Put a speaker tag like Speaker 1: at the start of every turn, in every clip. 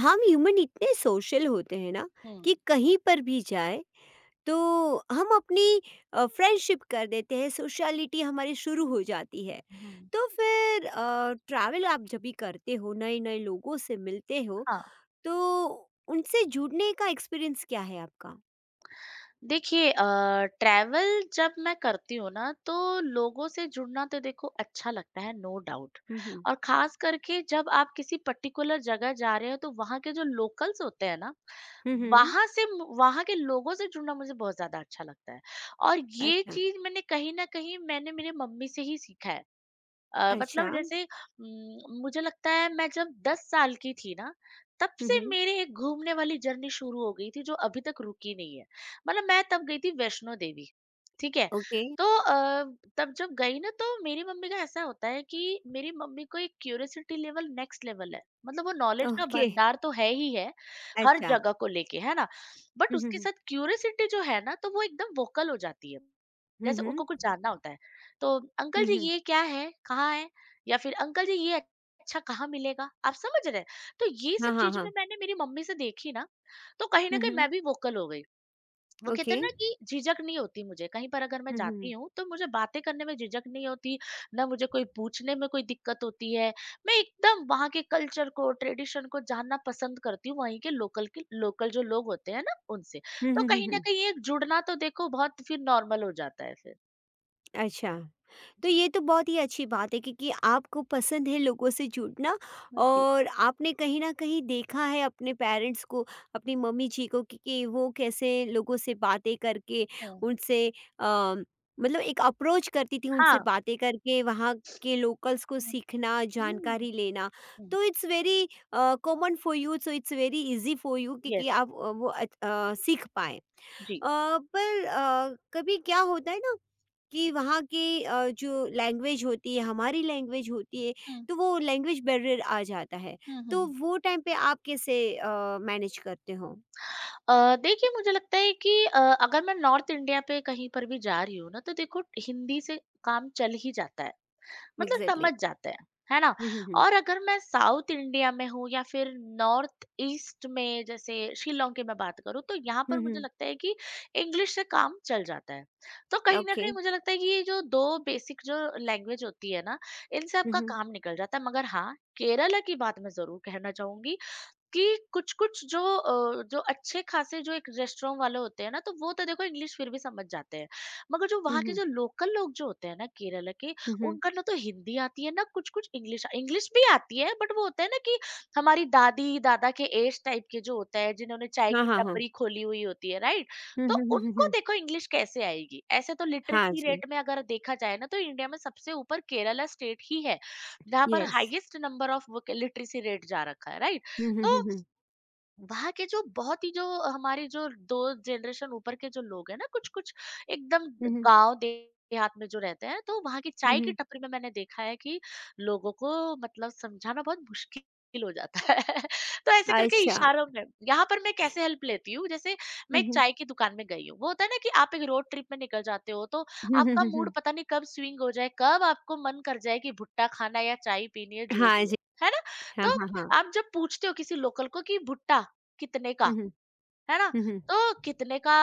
Speaker 1: हम ह्यूमन इतने सोशल होते हैं ना
Speaker 2: हुँ।
Speaker 1: कि कहीं पर भी जाए तो हम अपनी फ्रेंडशिप कर देते हैं, सोशलिटी हमारी शुरू हो जाती है।
Speaker 2: हुँ,
Speaker 1: तो फिर ट्रैवल आप जब भी करते हो, नए नए लोगों से मिलते हो,
Speaker 2: हाँ,
Speaker 1: तो उनसे जुड़ने का एक्सपीरियंस क्या है आपका?
Speaker 2: देखिए ट्रैवल जब मैं करती हूँ ना, तो लोगों से जुड़ना तो देखो अच्छा लगता है, नो डाउट।
Speaker 1: हम्म हम्म
Speaker 2: और ख़ास करके जब आप किसी पर्टिकुलर जगह जा रहे हो, तो वहाँ के जो लोकल्स होते हैं ना,
Speaker 1: हम्म हम्म,
Speaker 2: वहाँ के लोगों से जुड़ना मुझे बहुत ज़्यादा अच्छा लगता है। और ये
Speaker 1: अच्छा।
Speaker 2: चीज़ मैंने कहीं न कहीं मैंने मेरे मम्मी से ही सीखा है। मतलब
Speaker 1: अच्छा।
Speaker 2: जैसे मुझे लगता है मैं जब 10 साल की थी ना, तब
Speaker 1: हम्म
Speaker 2: से
Speaker 1: हम्म,
Speaker 2: मेरे एक घूमने वाली जर्नी शुरू हो गई थी जो अभी तक रुकी नहीं है। मतलब मैं तब गई थी वैष्णो देवी, ठीक है?
Speaker 1: ओके।
Speaker 2: तो तब जब गई ना तो मेरी मम्मी का ऐसा होता है कि मेरी मम्मी को एक क्यूरियोसिटी लेवल नेक्स्ट लेवल है। मतलब वो नॉलेज का
Speaker 1: ओके।
Speaker 2: भंडार तो है ही है, हर
Speaker 1: अच्छा।
Speaker 2: जगह को लेके, है ना? बट
Speaker 1: हम्म
Speaker 2: उसके
Speaker 1: हम्म
Speaker 2: साथ क्यूरियोसिटी जो है ना तो वो एकदम वोकल हो जाती है। जैसे
Speaker 1: हम्म
Speaker 2: उनको कुछ जानना होता है। तो अंकल
Speaker 1: हम्म
Speaker 2: जी
Speaker 1: हम्म,
Speaker 2: ये क्या है? कहाँ है? या फिर अंकल जी ये अच्छा कहाँ मिलेगा? आप समझ रहे हैं? तो ये
Speaker 1: हाँ
Speaker 2: सब
Speaker 1: हाँ
Speaker 2: चीज़ें में
Speaker 1: हाँ।
Speaker 2: मैंने मेरी मम्मी से देखी ना, तो कहीं न
Speaker 1: हम्म
Speaker 2: कहीं
Speaker 1: हम्म,
Speaker 2: मैं भी वोकल हो गई। वो कहते
Speaker 1: ओके।
Speaker 2: हैं ना कि झिझक नहीं होती मुझे, कहीं पर अगर मैं
Speaker 1: हम्म
Speaker 2: जाती
Speaker 1: हम्म
Speaker 2: हूँ, तो मुझे बातें करने में झिझक नहीं होती, ना मुझे कोई पूछने में कोई दिक्कत होती है। मैं एकदम वहाँ के कल्चर को, ट्रेडिशन को जानना पसंद करती हूँ, वहीं के लोकल जो लोग होते हैं ना, उनसे।
Speaker 1: हम्म
Speaker 2: तो
Speaker 1: हम्म
Speaker 2: कहीं न
Speaker 1: हम्म,
Speaker 2: कहीं एक जुड़ना तो देखो बहुत फिर नॉर्मल हो जाता है फिर।
Speaker 1: अच्छा। तो
Speaker 2: जी।
Speaker 1: ये तो बहुत ही अच्छी बात है क्योंकि आपको पसंद है लोगों से जुड़ना।
Speaker 2: हाँ जी।
Speaker 1: और आपने कहीं ना कहीं देखा है अपने पेरेंट्स को, अपनी मम्मी जी को, कि वो कैसे लोगों से बातें करके
Speaker 2: हुँ।
Speaker 1: उनसे अ, मतलब एक अप्रोच करती थी, उनसे
Speaker 2: हाँ।
Speaker 1: बातें करके वहाँ के लोकल्स को
Speaker 2: हुँ।
Speaker 1: सीखना,
Speaker 2: हुँ।
Speaker 1: जानकारी लेना।
Speaker 2: हुँ।
Speaker 1: तो it's very common for you, so it's very easy for you
Speaker 2: yes,
Speaker 1: क्योंकि आप वो सीख पाए।
Speaker 2: जी।
Speaker 1: पर कभी क्या होता है ना कि वहाँ की जो लैंग्वेज होती है, हमारी लैंग्वेज होती है,
Speaker 2: हुँ,
Speaker 1: तो वो लैंग्वेज बैरियर आ जाता है।
Speaker 2: हुँ,
Speaker 1: तो
Speaker 2: हुँ।
Speaker 1: वो टाइम पे आप कैसे मैनेज करते हो?
Speaker 2: देखिए मुझे लगता है कि अगर मैं नॉर्थ इंडिया पे कहीं पर भी जा रही हूँ ना, तो देखो हिंदी से काम चल ही जाता है। मतलब
Speaker 1: एग्ज़ैक्टली।
Speaker 2: समझ जाते हैं, है ना?
Speaker 1: हुँ, हुँ, हुँ।
Speaker 2: और अगर मैं साउथ इंडिया में हूँ या फिर नॉर्थ ईस्ट में जैसे शिलांग की मैं बात करूँ तो यहाँ
Speaker 1: हुँ,
Speaker 2: पर मुझे
Speaker 1: हुँ।
Speaker 2: लगता है कि इंग्लिश से काम चल जाता है। तो कहीं न
Speaker 1: ओके।
Speaker 2: कहीं मुझे लगता है कि ये जो 2 बेसिक जो लैंग्वेज होती है ना, इनसे
Speaker 1: हुँ,
Speaker 2: आपका
Speaker 1: हुँ।
Speaker 2: काम निकल जाता है। मगर हाँ, केरला की बात मैं ज़रूर कहना चाहूँगी कि कुछ-कुछ जो अच्छे खासे जो एक रेस्टोरेंट वाले होते हैं ना, तो वो तो देखो इंग्लिश फिर भी समझ जाते हैं। मगर जो
Speaker 1: हुँ,
Speaker 2: वहाँ के
Speaker 1: हुँ।
Speaker 2: जो लोकल लोग जो होते हैं ना केरला के,
Speaker 1: हुँ, हुँ।
Speaker 2: उनका ना तो हिंदी आती है, ना कुछ-कुछ इंग्लिश इंग्लिश भी आती है बट वो होता है ना कि हमारी दादी-दादा के ऐज टाइप के जो होता है, जिन्होंने चाय
Speaker 1: हाँ,
Speaker 2: की
Speaker 1: हाँ, हाँ।
Speaker 2: टपरी खोली हुई होती है, राइट?
Speaker 1: हुँ,
Speaker 2: तो
Speaker 1: हुँ, हुँ, हुँ,
Speaker 2: उनको
Speaker 1: हुँ।
Speaker 2: देखो इंग्लिश कैसे आएगी? ऐसे तो
Speaker 1: हाँ
Speaker 2: लिटरेसी
Speaker 1: जी।
Speaker 2: रेट में अगर देखा जाए ना, तो इंडिया में सबसे ऊपर केरला स्टेट ही है, जहाँ पर
Speaker 1: येस।
Speaker 2: हाईएस्ट नंबर ऑफ वो लिटरेसी रेट जा रखा है, राइट?
Speaker 1: हुँ, हुँ,
Speaker 2: तो
Speaker 1: हुँ, हुँ।
Speaker 2: वहाँ के जो बहुत ही जो हमारी जो 2 जनरेशन ऊपर के जो लोग हैं ना, कुछ-कुछ एकदम
Speaker 1: हुँ, हुँ।
Speaker 2: गाँव देहात में जो रहते हैं, तो वहाँ की
Speaker 1: हुँ,
Speaker 2: चाय की
Speaker 1: हुँ।
Speaker 2: टपरी में मैंने देखा है कि लोगों को मतलब समझाना बहुत मुश्किल हो जाता है। तो ऐसे करके
Speaker 1: अच्छा।
Speaker 2: इशारों में यहाँ पर मैं कैसे हेल्प लेती हूँ, जैसे मैं
Speaker 1: हुँ,
Speaker 2: एक
Speaker 1: हुँ।
Speaker 2: चाय की दुकान में गई हूँ। वो होता है ना कि आप एक रोड ट्रिप में निकल जाते हो, तो
Speaker 1: हुँ, हुँ,
Speaker 2: आपका
Speaker 1: हुँ, हुँ।
Speaker 2: मूड पता नहीं कब स्विंग हो जाए, कब आपको मन कर जाए कि भुट्टा खाना या चाय पीनी है, जो
Speaker 1: हाँ
Speaker 2: भी है।
Speaker 1: जी।
Speaker 2: है ना?
Speaker 1: हाँ,
Speaker 2: तो
Speaker 1: हाँ, हाँ।
Speaker 2: आप जब पूछते हो किसी लोकल को कि भुट्टा कितने का,
Speaker 1: हुँ, हुँ।
Speaker 2: है ना?
Speaker 1: हुँ, हुँ।
Speaker 2: तो कितने का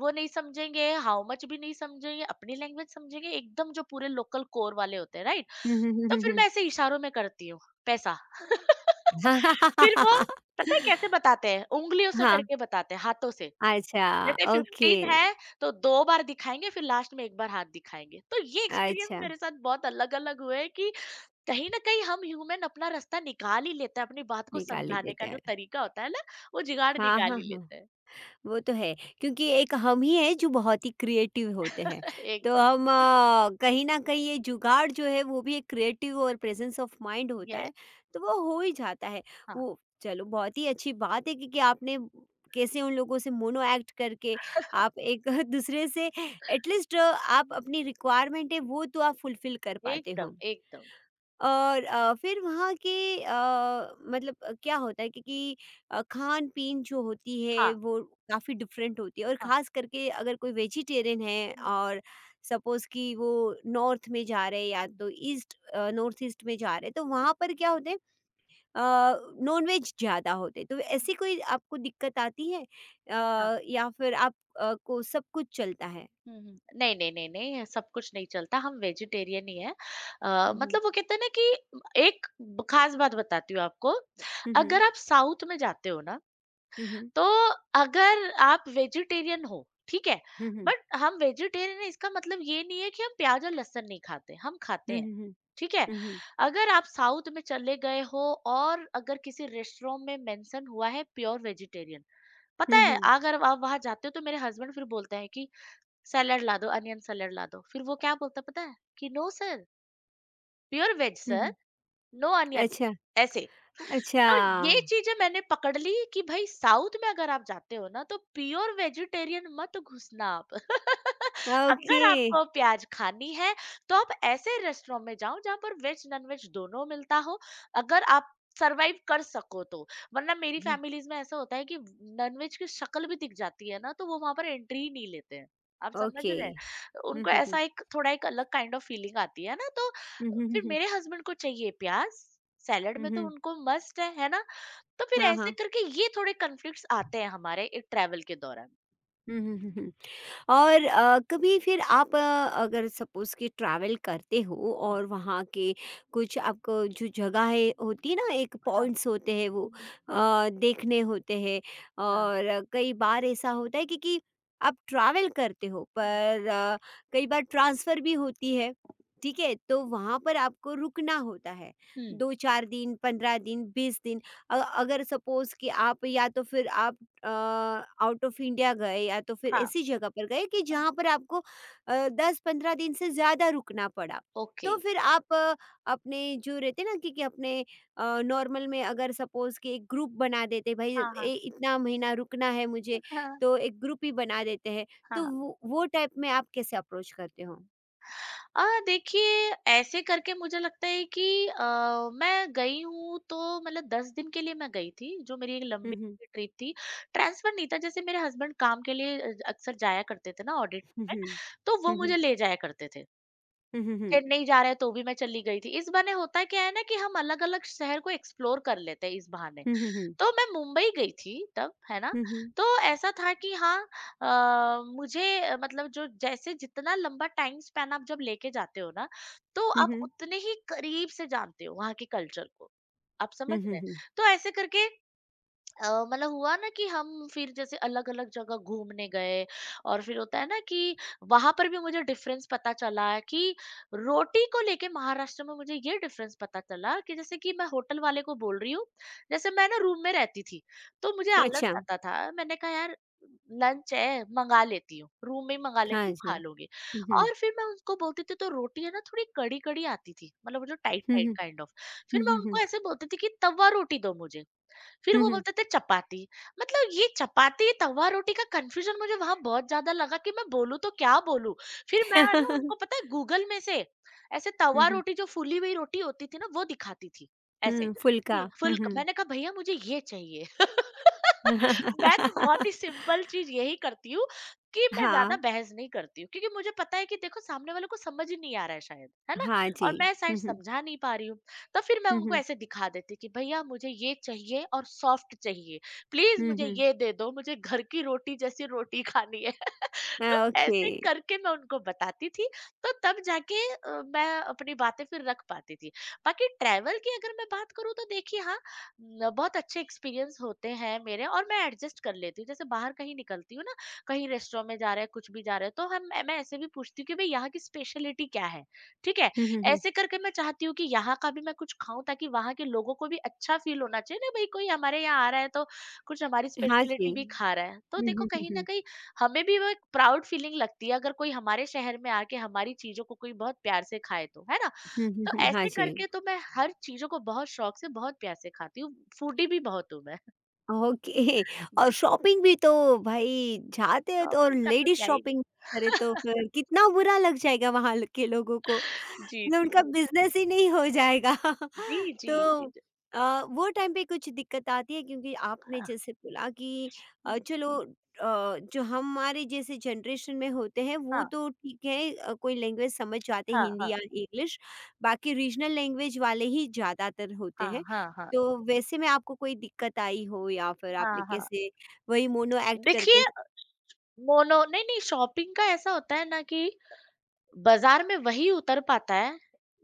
Speaker 2: वो नहीं समझेंगे, हाउ मच भी नहीं समझेंगे, अपनी लैंग्वेज समझेंगे, एकदम जो पूरे लोकल कोर वाले होते हैं, राइट?
Speaker 1: हुँ, हुँ, हुँ,
Speaker 2: तो
Speaker 1: हुँ,
Speaker 2: फिर
Speaker 1: हुँ।
Speaker 2: मैं ऐसे इशारों में करती हूँ, पैसा। फिर वो पता है कैसे बताते हैं? उंगलियों से
Speaker 1: हाँ,
Speaker 2: करके बताते हैं, हाथों से।
Speaker 1: अच्छा,
Speaker 2: जैसे
Speaker 1: ओके।
Speaker 2: 15 है तो 2 बार दिखाएँगे, फिर लास्ट में 1 बार हाथ दिखाएँगे। तो ये एक्सपीरियंस
Speaker 1: अच्छा,
Speaker 2: मेरे साथ बहुत अलग-अलग हुए कि कहीं ना कहीं हम ह्यूमन अपना रास्ता निकाल ही लेते हैं अपनी बात को
Speaker 1: निकाल ही
Speaker 2: समझाने
Speaker 1: देते
Speaker 2: का जो
Speaker 1: हैं।
Speaker 2: तरीका होता है ना वो जुगाड़
Speaker 1: हाँ,
Speaker 2: निकाल
Speaker 1: हाँ,
Speaker 2: ही
Speaker 1: हाँ।
Speaker 2: लेते हैं।
Speaker 1: वो तो है, क्योंकि एक हम ही हैं जो बहुत ही क्रिएटिव होते हैं। तो
Speaker 2: एकदम
Speaker 1: हम कहीं न कहीं ये जुगाड़ जो है वो भी एक क्रिएटिव और प्रेजेंस ऑफ माइंड होता
Speaker 2: ये
Speaker 1: है, तो वो हो ही जाता है।
Speaker 2: हाँ।
Speaker 1: वो चलो, बहुत ही अच्छी बात है कि आपने कैसे उन लोगों से मोनो एक्ट करके आप एक दूसरे से, एट लीस्ट आप
Speaker 2: हम्म,
Speaker 1: अपनी रिक्वायरमेंट है वो तो आप फुलफ़िल कर पाते हो।
Speaker 2: एकदम एकदम।
Speaker 1: और फिर वहाँ के मतलब क्या होता है क्योंकि खान-पीन जो होती है
Speaker 2: हाँ
Speaker 1: वो काफ़ी डिफरेंट होती है, और
Speaker 2: हाँ।
Speaker 1: ख़ास करके अगर कोई वेजिटेरियन है
Speaker 2: हम्म,
Speaker 1: और सपोज़ कि वो नॉर्थ में जा रहे हैं या
Speaker 2: हम्म,
Speaker 1: तो ईस्ट नॉर्थ ईस्ट में जा रहे हैं, तो
Speaker 2: हम्म,
Speaker 1: वहाँ पर क्या होते हैं, अ,
Speaker 2: हम्म,
Speaker 1: नॉन-वेज ज़्यादा होते हैं। तो
Speaker 2: हम्म।
Speaker 1: ऐसी कोई आपको दिक्कत आती है,
Speaker 2: हाँ।
Speaker 1: या फिर आप को सब कुछ चलता है?
Speaker 2: नहीं नहीं नहीं नहीं ये सब कुछ नहीं चलता हम वेजिटेरियन ही है। आ,
Speaker 1: हुँ, हुँ।
Speaker 2: मतलब वो कहते हैं ना कि एक खास बात बताती हूँ आपको।
Speaker 1: हुँ, हुँ।
Speaker 2: अगर आप साउथ में जाते हो ना
Speaker 1: हुँ, हुँ।
Speaker 2: तो अगर आप वेजिटेरियन हो, ठीक है?
Speaker 1: हुँ, हुँ।
Speaker 2: बट हम वेजिटेरियन हैं इसका मतलब ये नहीं है कि हम प्याज़ और लहसुन नहीं खाते, हम खाते
Speaker 1: हुँ,
Speaker 2: हैं,
Speaker 1: हुँ, हुँ।
Speaker 2: ठीक है?
Speaker 1: हुँ, हुँ।
Speaker 2: अगर आप साउथ में चले गए हो और अगर किसी रेस्टोरेंट में मेंशन हुआ है प्योर वेजिटेरियन, पता
Speaker 1: हुँ,
Speaker 2: है
Speaker 1: हुँ।
Speaker 2: अगर आप वहाँ जाते हो तो मेरे हस्बैंड फिर बोलते हैं कि सैलेड ला दो, अनियन सैलेड ला दो। फिर वो क्या बोलता है पता है? कि नो सर, प्योर वेज
Speaker 1: हुँ,
Speaker 2: सर,
Speaker 1: हुँ।
Speaker 2: नो अनियन
Speaker 1: अच्छा।
Speaker 2: ऐसे।
Speaker 1: अच्छा,
Speaker 2: तो ये चीजें मैंने पकड़ ली कि भाई साउथ में अगर आप जाते हो ना तो प्योर वेजिटेरियन मत घुसना आप।
Speaker 1: ओके।
Speaker 2: अगर आपको प्याज खानी है तो आप ऐसे रेस्टोरेंट में जाओ जहां पर वेज नॉन वेज दोनों मिलता हो, अगर आप सरवाइव कर सको तो। वरना मेरी
Speaker 1: हुँ।
Speaker 2: फैमिलीज में ऐसा होता है कि नॉन वेज की शक्ल भी दिख जाती है ना तो वो वहां पर एंट्री ही नहीं लेते हैं। आप समझ
Speaker 1: ओके।
Speaker 2: रहे हैं?
Speaker 1: हुँ,
Speaker 2: उनको
Speaker 1: हुँ, हुँ।
Speaker 2: ऐसा एक थोड़ा एक अलग काइंड ऑफ फीलिंग आती है ना तो
Speaker 1: हुँ, हुँ, हुँ,
Speaker 2: फिर
Speaker 1: हुँ।
Speaker 2: मेरे हस्बैंड को चाहिए प्याज सैलेड
Speaker 1: हुँ,
Speaker 2: में तो
Speaker 1: हुँ।
Speaker 2: उनको मस्ट है ना? तो फिर
Speaker 1: हाँ,
Speaker 2: ऐसे
Speaker 1: हाँ।
Speaker 2: करके ये थोड़े कॉन्फ्लिक्ट्स आते हैं हमारे एक ट्रैवल के दौरान।
Speaker 1: हुँ, हुँ, हुँ, हुँ। और कभी फिर आप अगर सपोज़ कि ट्रैवल करते हो
Speaker 2: हुँ।
Speaker 1: और वहाँ के कुछ आपको जो जगह है होती है ना, एक
Speaker 2: हाँ,
Speaker 1: पॉइंट्स होते हैं, वो
Speaker 2: हुँ,
Speaker 1: देखने होते हैं।
Speaker 2: हाँ।
Speaker 1: और कई बार ऐसा होता है क्योंकि आप ट्रैवल करते हो,
Speaker 2: हुँ,
Speaker 1: पर कई बार ट्रांसफ़र भी होती है। ठीक है? तो वहाँ पर आपको रुकना होता है।
Speaker 2: हुँ।
Speaker 1: 2-4 दिन, 15 दिन, 20 दिन, अगर सपोज़ कि आप, या तो फिर आप अ, आउट ऑफ इंडिया गए, या तो फिर
Speaker 2: हाँ,
Speaker 1: ऐसी जगह पर गए कि
Speaker 2: हाँ।
Speaker 1: जहाँ पर आपको 10-15 दिन से ज़्यादा रुकना पड़ा।
Speaker 2: ओके।
Speaker 1: तो फिर आप अपने जो रहते हैं ना कि अपने नॉर्मल में अगर सपोज़ कि एक ग्रुप बना देते, भई
Speaker 2: हाँ,
Speaker 1: ए
Speaker 2: हाँ।
Speaker 1: इतना महीना रुकना है मुझे,
Speaker 2: हाँ,
Speaker 1: तो एक ग्रुप ही बना देते हैं। तो
Speaker 2: हाँ।
Speaker 1: वो टाइप में आप कैसे अप्रोच करते हो?
Speaker 2: देखिए ऐसे करके मुझे लगता है कि अ, मैं गई हूँ तो मतलब 10 दिन के लिए मैं गई थी, जो मेरी एक
Speaker 1: हुँ,
Speaker 2: लंबी
Speaker 1: हुँ।
Speaker 2: ट्रिप थी। ट्रांसफर नहीं था, जैसे मेरे हस्बैंड काम के लिए अक्सर जाया करते थे ना ऑडिट
Speaker 1: हुँ,
Speaker 2: में,
Speaker 1: हुँ।
Speaker 2: तो वो
Speaker 1: हुँ, हुँ।
Speaker 2: मुझे ले जाया करते थे।
Speaker 1: हुँ, हुँ, हुँ।
Speaker 2: चेन्नई जा रहे हैं तो भी मैं चली गई थी। इस बहाने होता क्या है ना कि हम अलग-अलग शहर को एक्सप्लोर कर लेते हैं इस बहाने।
Speaker 1: हुँ, हुँ, हुँ।
Speaker 2: तो मैं मुंबई गई थी तब, है ना?
Speaker 1: हुँ, हुँ।
Speaker 2: तो ऐसा था कि हाँ मतलब जो जैसे जितना लंबा टाइम स्पैन आप जब लेके जाते हो ना, तो
Speaker 1: हुँ,
Speaker 2: आप
Speaker 1: हुँ।
Speaker 2: उतने ही करीब से जानते हो वहाँ के कल्चर को। आप
Speaker 1: हुँ,
Speaker 2: समझ
Speaker 1: हुँ,
Speaker 2: रहे हैं?
Speaker 1: हुँ।
Speaker 2: तो ऐसे करके मतलब हुआ ना कि हम फिर जैसे अलग-अलग जगह घूमने गए और फिर होता है ना कि वहाँ पर भी मुझे डिफरेंस पता चला कि रोटी को लेके महाराष्ट्र में मुझे ये डिफरेंस पता चला कि जैसे कि मैं होटल वाले को बोल रही हूँ, जैसे मैं ना रूम में रहती थी, तो मुझे आलस
Speaker 1: अच्छा।
Speaker 2: आता था, मैंने कहा यार लंच है मँगा लेती हूँ, रूम में ही मँगा
Speaker 1: हाँ
Speaker 2: लेती हूँ,
Speaker 1: जी।
Speaker 2: खा लूँगी।
Speaker 1: हुँ, हुँ।
Speaker 2: और फिर मैं उनको बोलती थी तो रोटी है ना थोड़ी कड़ी-कड़ी आती थी, मतलब वो जो
Speaker 1: हुँ,
Speaker 2: टाइट-टाइट
Speaker 1: हुँ।
Speaker 2: Kind of. फिर
Speaker 1: हुँ,
Speaker 2: मैं
Speaker 1: हुँ,
Speaker 2: उनको
Speaker 1: हुँ।
Speaker 2: ऐसे बोलती थी कि तवा रोटी दो मुझे, फिर
Speaker 1: हुँ,
Speaker 2: वो
Speaker 1: हुँ।
Speaker 2: बोलते थे चपाती। मतलब ये चपाती तवा रोटी का कंफ्यूजन मुझे वहां बहुत ज्यादा लगा कि मैं बोलूं तो क्या बोलूं। फिर मैं है ना उनको पता है गूगल में से ऐसे
Speaker 1: हुँ,
Speaker 2: तवा
Speaker 1: हुँ।
Speaker 2: रोटी जो फूली हुई रोटी होती थी ना वो दिखाती थी, ऐसे
Speaker 1: हुँ, फुल्का।
Speaker 2: कि
Speaker 1: हुँ,
Speaker 2: फुल
Speaker 1: हुँ।
Speaker 2: मैंने कहा भैया मुझे ये चाहिए। मैं तो बहुत ही सिंपल चीज यही करती हूँ कि मैं ज्यादा
Speaker 1: हाँ,
Speaker 2: बहस नहीं करती हूँ क्योंकि मुझे पता है कि देखो सामने वाले को समझ ही नहीं आ रहा है शायद, है ना?
Speaker 1: हाँ जी।
Speaker 2: और मैं शायद
Speaker 1: हुँ, हुँ।
Speaker 2: समझा नहीं पा रही हूँ। तो फिर मैं
Speaker 1: हुँ,
Speaker 2: उनको
Speaker 1: हुँ।
Speaker 2: ऐसे दिखा देती कि भैया मुझे ये चाहिए और सॉफ्ट चाहिए, प्लीज
Speaker 1: हुँ,
Speaker 2: मुझे
Speaker 1: हुँ।
Speaker 2: ये दे दो, मुझे घर की रोटी जैसी रोटी खानी है। तो
Speaker 1: ओके।
Speaker 2: ऐसे करके मैं उनको बताती थी, तो तब जाके मैं अपनी बातें फिर रख पाती थी। बाकी ट्रैवल की अगर मैं बात करूँ तो देखिए हाँ, बहुत अच्छे एक्सपीरियंस होते हैं मेरे और मैं एडजस्ट कर लेती हूँ। जैसे बाहर कहीं निकलती हूँ ना, कहीं रेस्टोरेंट में जा रहे हैं कुछ भी जा रहे हैं तो हम मैं ऐसे भी पूछती हूँ कि भाई यहाँ की स्पेशलिटी क्या है, ठीक है?
Speaker 1: हुँ, हुँ, हुँ।
Speaker 2: ऐसे करके मैं चाहती हूँ कि यहाँ का भी मैं कुछ खाऊं ताकि वहाँ के लोगों को भी अच्छा फील होना चाहिए ना, भाई कोई हमारे यहाँ आ रहा है तो कुछ हमारी
Speaker 1: हाँ जी।
Speaker 2: स्पेशलिटी भी खा
Speaker 1: हुँ,
Speaker 2: रहा है तो देखो
Speaker 1: हुँ, हुँ,
Speaker 2: कहीं ना
Speaker 1: हुँ।
Speaker 2: कहीं हमें भी वो एक प्राउड फीलिंग लगती है अगर कोई हमारे शहर में आके हमारी चीजों को कोई बहुत प्यार से खाए तो, है ना?
Speaker 1: हुँ, हुँ,
Speaker 2: तो
Speaker 1: हुँ। हाँ
Speaker 2: ऐसे
Speaker 1: जी।
Speaker 2: करके तो मैं हर चीज़ों को बहुत शौक से, बहुत प्यार से खाती हूँ, फूडी भी बहुत हूँ मैं।
Speaker 1: ओके। और
Speaker 2: जी,
Speaker 1: शॉपिंग भी तो, भाई जाते हैं तो, और
Speaker 2: शॉपिंग का तो
Speaker 1: लेडीज़
Speaker 2: क्या ही बोलें।
Speaker 1: शॉपिंग करे तो फिर कितना बुरा लग जाएगा वहाँ ल के लोगों को।
Speaker 2: जी,
Speaker 1: मतलब
Speaker 2: जी,
Speaker 1: उनका
Speaker 2: जी।
Speaker 1: बिज़नेस ही नहीं हो जाएगा।
Speaker 2: जी, जी,
Speaker 1: तो
Speaker 2: जी, जी।
Speaker 1: वो टाइम पे कुछ दिक्कत आती है क्योंकि आपने
Speaker 2: हाँ,
Speaker 1: जैसे बोला कि
Speaker 2: हुँ,
Speaker 1: चलो जो हमारे जैसे जनरेशन में होते हैं वो
Speaker 2: हाँ,
Speaker 1: तो ठीक है, कोई लैंग्वेज समझ जाते,
Speaker 2: हाँ,
Speaker 1: हिंदी
Speaker 2: हाँ,
Speaker 1: या इंग्लिश, बाकी रीजनल लैंग्वेज वाले ही ज़्यादातर होते
Speaker 2: हाँ,
Speaker 1: हैं।
Speaker 2: हाँ, हाँ,
Speaker 1: तो वैसे में आपको कोई दिक्कत आई हो, या फिर आपने
Speaker 2: हाँ, हाँ।
Speaker 1: कैसे वही मोनो एक्ट करके?
Speaker 2: देखिए मोनो नहीं शॉपिंग का ऐसा होता है ना कि बाज़ार में वही उतर पाता है,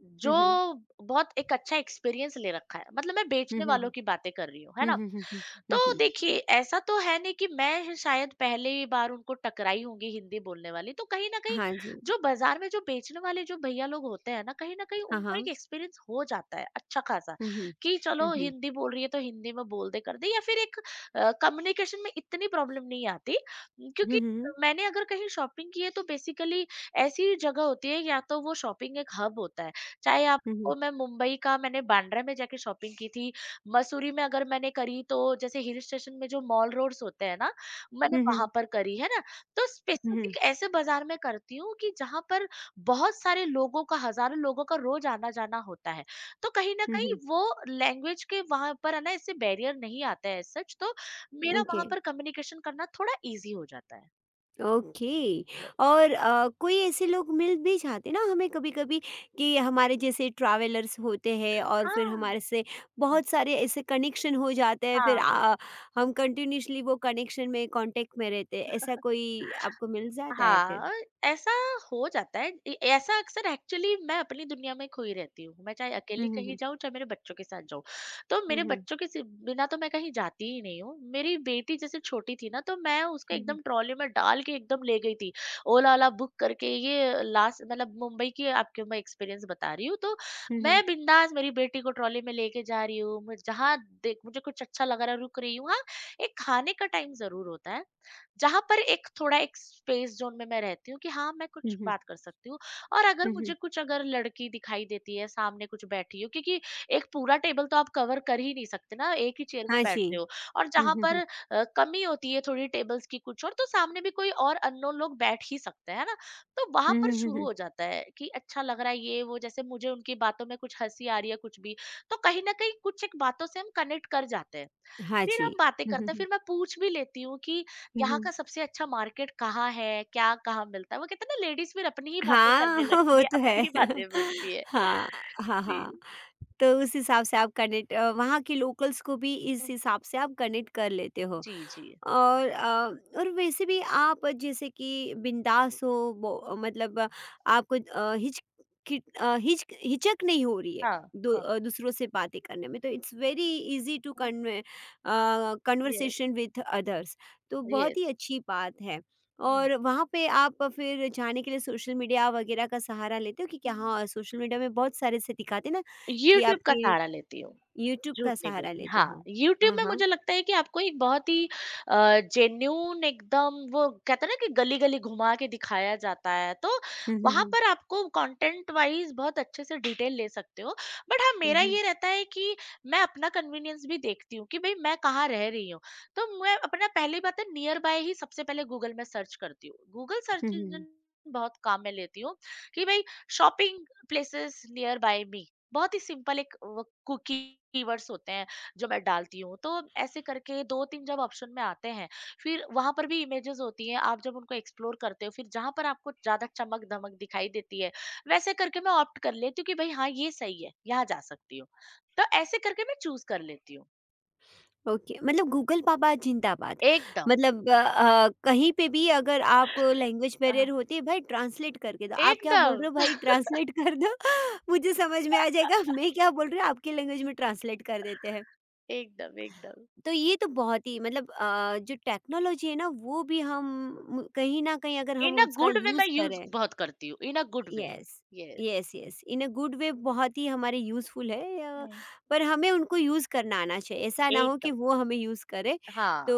Speaker 2: जो
Speaker 1: हुँ, हुँ।
Speaker 2: बहुत एक अच्छा एक्सपीरियंस ले रखा है। मतलब मैं
Speaker 1: हुँ,
Speaker 2: बेचने
Speaker 1: हुँ,
Speaker 2: वालों
Speaker 1: हुँ।
Speaker 2: की बातें कर रही हूँ, है
Speaker 1: हुँ,
Speaker 2: ना?
Speaker 1: हुँ, हुँ, हुँ,
Speaker 2: तो
Speaker 1: हुँ, हुँ।
Speaker 2: देखिए ऐसा तो है नहीं कि मैं ही शायद पहली बार उनको टकराई होंगी हिंदी बोलने वाली, तो कहीं ना कहीं
Speaker 1: हाँ जी।
Speaker 2: जो बाजार में जो बेचने वाले जो भैया लोग होते हैं ना, कहीं ना कहीं
Speaker 1: हाँ,
Speaker 2: उनको एक
Speaker 1: हाँ।
Speaker 2: एक्सपीरियंस हो जाता है अच्छा खासा
Speaker 1: हुँ, हुँ।
Speaker 2: कि
Speaker 1: हुँ,
Speaker 2: चलो
Speaker 1: हुँ।
Speaker 2: हिंदी बोल रही है तो हिंदी में बोल दे कर दे, या फिर एक कम्युनिकेशन में इतनी प्रॉब्लम नहीं आती,
Speaker 1: हुँ,
Speaker 2: क्योंकि
Speaker 1: हुँ, हुँ।
Speaker 2: मैंने अगर कहीं शॉपिंग की है तो बेसिकली ऐसी जगह होती है, या तो वो शॉपिंग एक हब होता है। चाहे
Speaker 1: हुँ, हुँ।
Speaker 2: आपको, मैं मुंबई का, मैंने बांद्रा में जाके शॉपिंग की थी। मसूरी में अगर मैंने करी तो, जैसे हिल स्टेशन में जो मॉल रोड्स होते हैं ना, मैंने
Speaker 1: हुँ,
Speaker 2: वहाँ
Speaker 1: हुँ।
Speaker 2: पर करी, है ना? तो
Speaker 1: हुँ, हुँ।
Speaker 2: स्पेसिफिक ऐसे बाज़ार में करती हूँ कि जहाँ पर बहुत सारे लोगों का, हज़ारों लोगों का रोज़ आना-जाना होता है। तो कहीं न
Speaker 1: हुँ,
Speaker 2: कहीं
Speaker 1: हुँ।
Speaker 2: वो लैंग्वेज के वहाँ पर, है ना, इससे बैरियर नहीं आता है एज़ सच, तो मेरा
Speaker 1: ओके।
Speaker 2: वहाँ पर कम्युनिकेशन करना थोड़ा ईज़ी हो जाता है।
Speaker 1: ओके।
Speaker 2: यस।
Speaker 1: और कोई ऐसे लोग मिल भी जाते ना हमें कभी-कभी, कि हमारे जैसे ट्रैवलर्स होते हैं, और फिर
Speaker 2: हाँ।
Speaker 1: हमारे से
Speaker 2: हाँ।
Speaker 1: बहुत सारे ऐसे कनेक्शन हो जाते हैं फिर,
Speaker 2: हाँ।
Speaker 1: आ, हम कंटिन्यूअसली वो कनेक्शन में, कांटेक्ट में रहते हैं? ऐसा कोई आपको मिल जाता है फिर?
Speaker 2: हाँ, ऐसा हो जाता है। ए ऐसा अक्सर एक्चुअली मैं अपनी दुनिया में खोई रहती हूँ। मैं चाहे
Speaker 1: हुँ,
Speaker 2: अकेली
Speaker 1: हुँ,
Speaker 2: कहीं
Speaker 1: हुँ।
Speaker 2: जाऊँ, चाहे मेरे बच्चों के साथ जाऊँ। तो
Speaker 1: हुँ,
Speaker 2: मेरे
Speaker 1: हुँ।
Speaker 2: बच्चों के सि बिना तो मैं कहीं जाती ही नहीं हूँ। मेरी बेटी जैसे छोटी थी ना, तो मैं उसको
Speaker 1: हुँ, हुँ।
Speaker 2: एकदम ट्रॉली में डाल के एकदम ले गई थी। ओला ओला बुक करके, ये लास्ट मतलब मुंबई की आपको मैं एक्सपीरियंस बता रही हूँ। तो
Speaker 1: हुँ,
Speaker 2: मैं
Speaker 1: हुँ।
Speaker 2: बिंदास मेरी बेटी को ट्रॉली में लेके जा रही हूँ। मैं जहाँ देख, मुझे कुछ अच्छा लग रहा है, रुक रही हूँ। हाँ, एक खाने का टाइम ज़रूर होता है। जहाँ पर एक थोड़ा एक स्पेस ज़ोन में मैं रहती हूँ कि हाँ, मैं
Speaker 1: हुँ,
Speaker 2: कुछ
Speaker 1: हुँ।
Speaker 2: बात कर सकती हूँ। और अगर
Speaker 1: हुँ, हुँ।
Speaker 2: मुझे कुछ, अगर लड़की दिखाई देती है, सामने कुछ बैठी हो, क्योंकि एक पूरा टेबल तो आप कवर कर ही नहीं सकते ना, एक ही चेयर में
Speaker 1: हाँ जी।
Speaker 2: बैठते हो, और
Speaker 1: हुँ,
Speaker 2: जहाँ
Speaker 1: हुँ,
Speaker 2: पर
Speaker 1: हुँ।
Speaker 2: कमी होती है थोड़ी टेबल्स की कुछ, और तो सामने भी कोई और अननोन लोग बैठ ही सकते हैं, है ना? तो वहाँ
Speaker 1: हुँ,
Speaker 2: पर
Speaker 1: हुँ, हुँ,
Speaker 2: शुरू
Speaker 1: हुँ।
Speaker 2: हो जाता है कि अच्छा लग रहा है ये वो, जैसे मुझे उनकी बातों में कुछ हँसी आ रही है, कुछ भी, तो कहीं न कहीं कुछ एक बातों से हम कनेक्ट कर जाते हैं।
Speaker 1: हाँ
Speaker 2: फिर
Speaker 1: जी।
Speaker 2: हम बातें
Speaker 1: हुँ, हुँ,
Speaker 2: करते हैं,
Speaker 1: हुँ।
Speaker 2: फिर मैं पूछ भी लेती हूँ कि
Speaker 1: हुँ,
Speaker 2: यहाँ
Speaker 1: हुँ।
Speaker 2: का सबसे अच्छा मार्केट कहाँ है, क्या कहाँ मिलता है। वो कहते हैं ना, लेडीज फिर अपनी ही बातें
Speaker 1: हाँ,
Speaker 2: करने
Speaker 1: वो
Speaker 2: लगती है,
Speaker 1: तो है।
Speaker 2: अपनी ही बातें पूछती है।
Speaker 1: हाँ, हाँ,
Speaker 2: जी।
Speaker 1: हाँ। तो उस हिसाब से आप कनेक्ट, वहाँ के लोकल्स को भी इस
Speaker 2: हम्म,
Speaker 1: हिसाब से आप कनेक्ट कर लेते हो।
Speaker 2: जी जी।
Speaker 1: और और वैसे भी आप जैसे कि बिंदास हो, वो
Speaker 2: हम्म,
Speaker 1: मतलब आपको अ, हिचकिच अ, हिच हिचक नहीं हो रही है,
Speaker 2: हाँ हाँ।
Speaker 1: दूसरों से बातें करने में, तो it's very easy to convey
Speaker 2: yes.
Speaker 1: Conversation with others, तो बहुत
Speaker 2: यस।
Speaker 1: ही अच्छी बात है। और वहाँ पे आप फिर जाने के लिए सोशल मीडिया वगैरह का सहारा लेते हो? कि क्या, हाँ, सोशल मीडिया में बहुत सारे ऐसे दिखाते ना कि
Speaker 2: यूट्यूब का
Speaker 1: आपके,
Speaker 2: सहारा लेती हूँ।
Speaker 1: यूट्यूब
Speaker 2: झूठ
Speaker 1: का
Speaker 2: नहीं
Speaker 1: सहारा
Speaker 2: बोलती।
Speaker 1: लेते
Speaker 2: हाँ,
Speaker 1: हो?
Speaker 2: यूट्यूब
Speaker 1: हाँ,
Speaker 2: में
Speaker 1: हाँ।
Speaker 2: मुझे लगता है कि आपको एक बहुत ही जेन्यून एकदम, वो कहते हैं ना कि गली-गली घुमा के दिखाया जाता है, तो
Speaker 1: हुँ, हुँ,
Speaker 2: वहाँ
Speaker 1: हुँ।
Speaker 2: पर आपको कंटेंट वाइज़ बहुत अच्छे से डिटेल ले सकते हो। बट हाँ,
Speaker 1: हुँ,
Speaker 2: मेरा
Speaker 1: हुँ।
Speaker 2: ये रहता है कि मैं अपना कन्वीनियंस भी देखती हूँ कि भई मैं कहाँ रह रही हूँ। तो मैं अपना, पहली बात है, नियर बाय ही सबसे पहले गूगल में सर्च करती हूँ। गूगल
Speaker 1: हुँ,
Speaker 2: सर्च
Speaker 1: हुँ।
Speaker 2: इंजन बहुत काम में लेती हूँ कि भई shopping places near by me. बहुत ही सिंपल एक वो कुकी कीवर्ड्स होते हैं जो मैं डालती हूँ, तो ऐसे करके दो तीन जब ऑप्शन में आते हैं, फिर वहां पर भी इमेजेस होती हैं। आप जब उनको एक्सप्लोर करते हो, फिर जहां पर आपको ज्यादा चमक धमक दिखाई देती है, वैसे करके मैं ऑप्ट कर लेती हूँ कि भाई हाँ ये सही है, यहाँ जा सकती हूँ। तो ऐसे करके मैं चूज कर लेती हूँ।
Speaker 1: ओके, मतलब गूगल पापा ज़िंदाबाद।
Speaker 2: एकदम।
Speaker 1: मतलब कहीं पे भी अगर आपको लैंग्वेज बैरियर
Speaker 2: हाँ,
Speaker 1: होती है, भाई ट्रांसलेट करके दो। आप क्या बोल रहे हो,
Speaker 2: एकदम।
Speaker 1: भाई ट्रांसलेट कर दो, मुझे समझ में आ जाएगा। मैं क्या बोल रही हूँ आपकी लैंग्वेज में ट्रांसलेट कर देते हैं।
Speaker 2: एकदम एकदम।
Speaker 1: तो ये तो बहुत ही मतलब, जो टेक्नोलॉजी है ना वो भी हम कहीं न कहीं अगर हम
Speaker 2: इन अ
Speaker 1: उसका
Speaker 2: गुड वे मैं
Speaker 1: यूज़
Speaker 2: यूज
Speaker 1: करें,
Speaker 2: बहुत करती हूँ, in a good way.
Speaker 1: Yes,
Speaker 2: yes.
Speaker 1: Yes, yes. In a good way बहुत ही हमारे यूज़फुल है,
Speaker 2: हम्म,
Speaker 1: पर हमें उनको यूज़ करना आना चाहिए। ऐसा ना हो कि
Speaker 2: एकदम।
Speaker 1: वो हमें यूज़ करे। तो
Speaker 2: हाँ।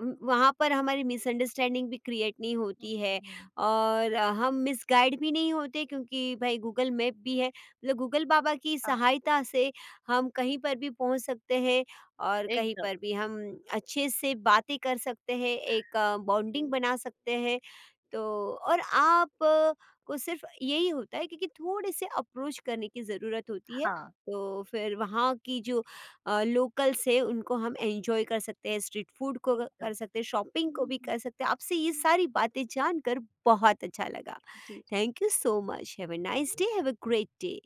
Speaker 1: वहाँ पर हमारी मिसअंडरस्टैंडिंग भी क्रिएट नहीं होती
Speaker 2: हम्म,
Speaker 1: है,
Speaker 2: हम्म।
Speaker 1: और हम मिसगाइड भी नहीं होते क्योंकि भाई गूगल मैप भी है। मतलब गूगल बाबा की
Speaker 2: हाँ।
Speaker 1: सहायता से हम कहीं पर भी पहुँच सकते हैं, और कहीं
Speaker 2: एकदम।
Speaker 1: पर भी हम अच्छे से बातें कर सकते हैं, एक बॉन्डिंग बना सकते हैं, तो और आप को सिर्फ यही होता है क्योंकि थोड़े से अप्रोच करने की ज़रूरत होती है।
Speaker 2: 好，
Speaker 1: तो फिर वहाँ की जो लोकल्स है उनको हम एन्जॉय कर सकते हैं, स्ट्रीट फूड को
Speaker 2: 那
Speaker 1: क कर
Speaker 2: 种
Speaker 1: सकते हैं, शॉपिंग को भी
Speaker 2: 嗯，
Speaker 1: कर सकते हैं। आपसे ये
Speaker 2: 嗯，
Speaker 1: सारी बातें जानकर बहुत अच्छा लगा।
Speaker 2: 对。
Speaker 1: thank you so much. Have a nice day, have a great day.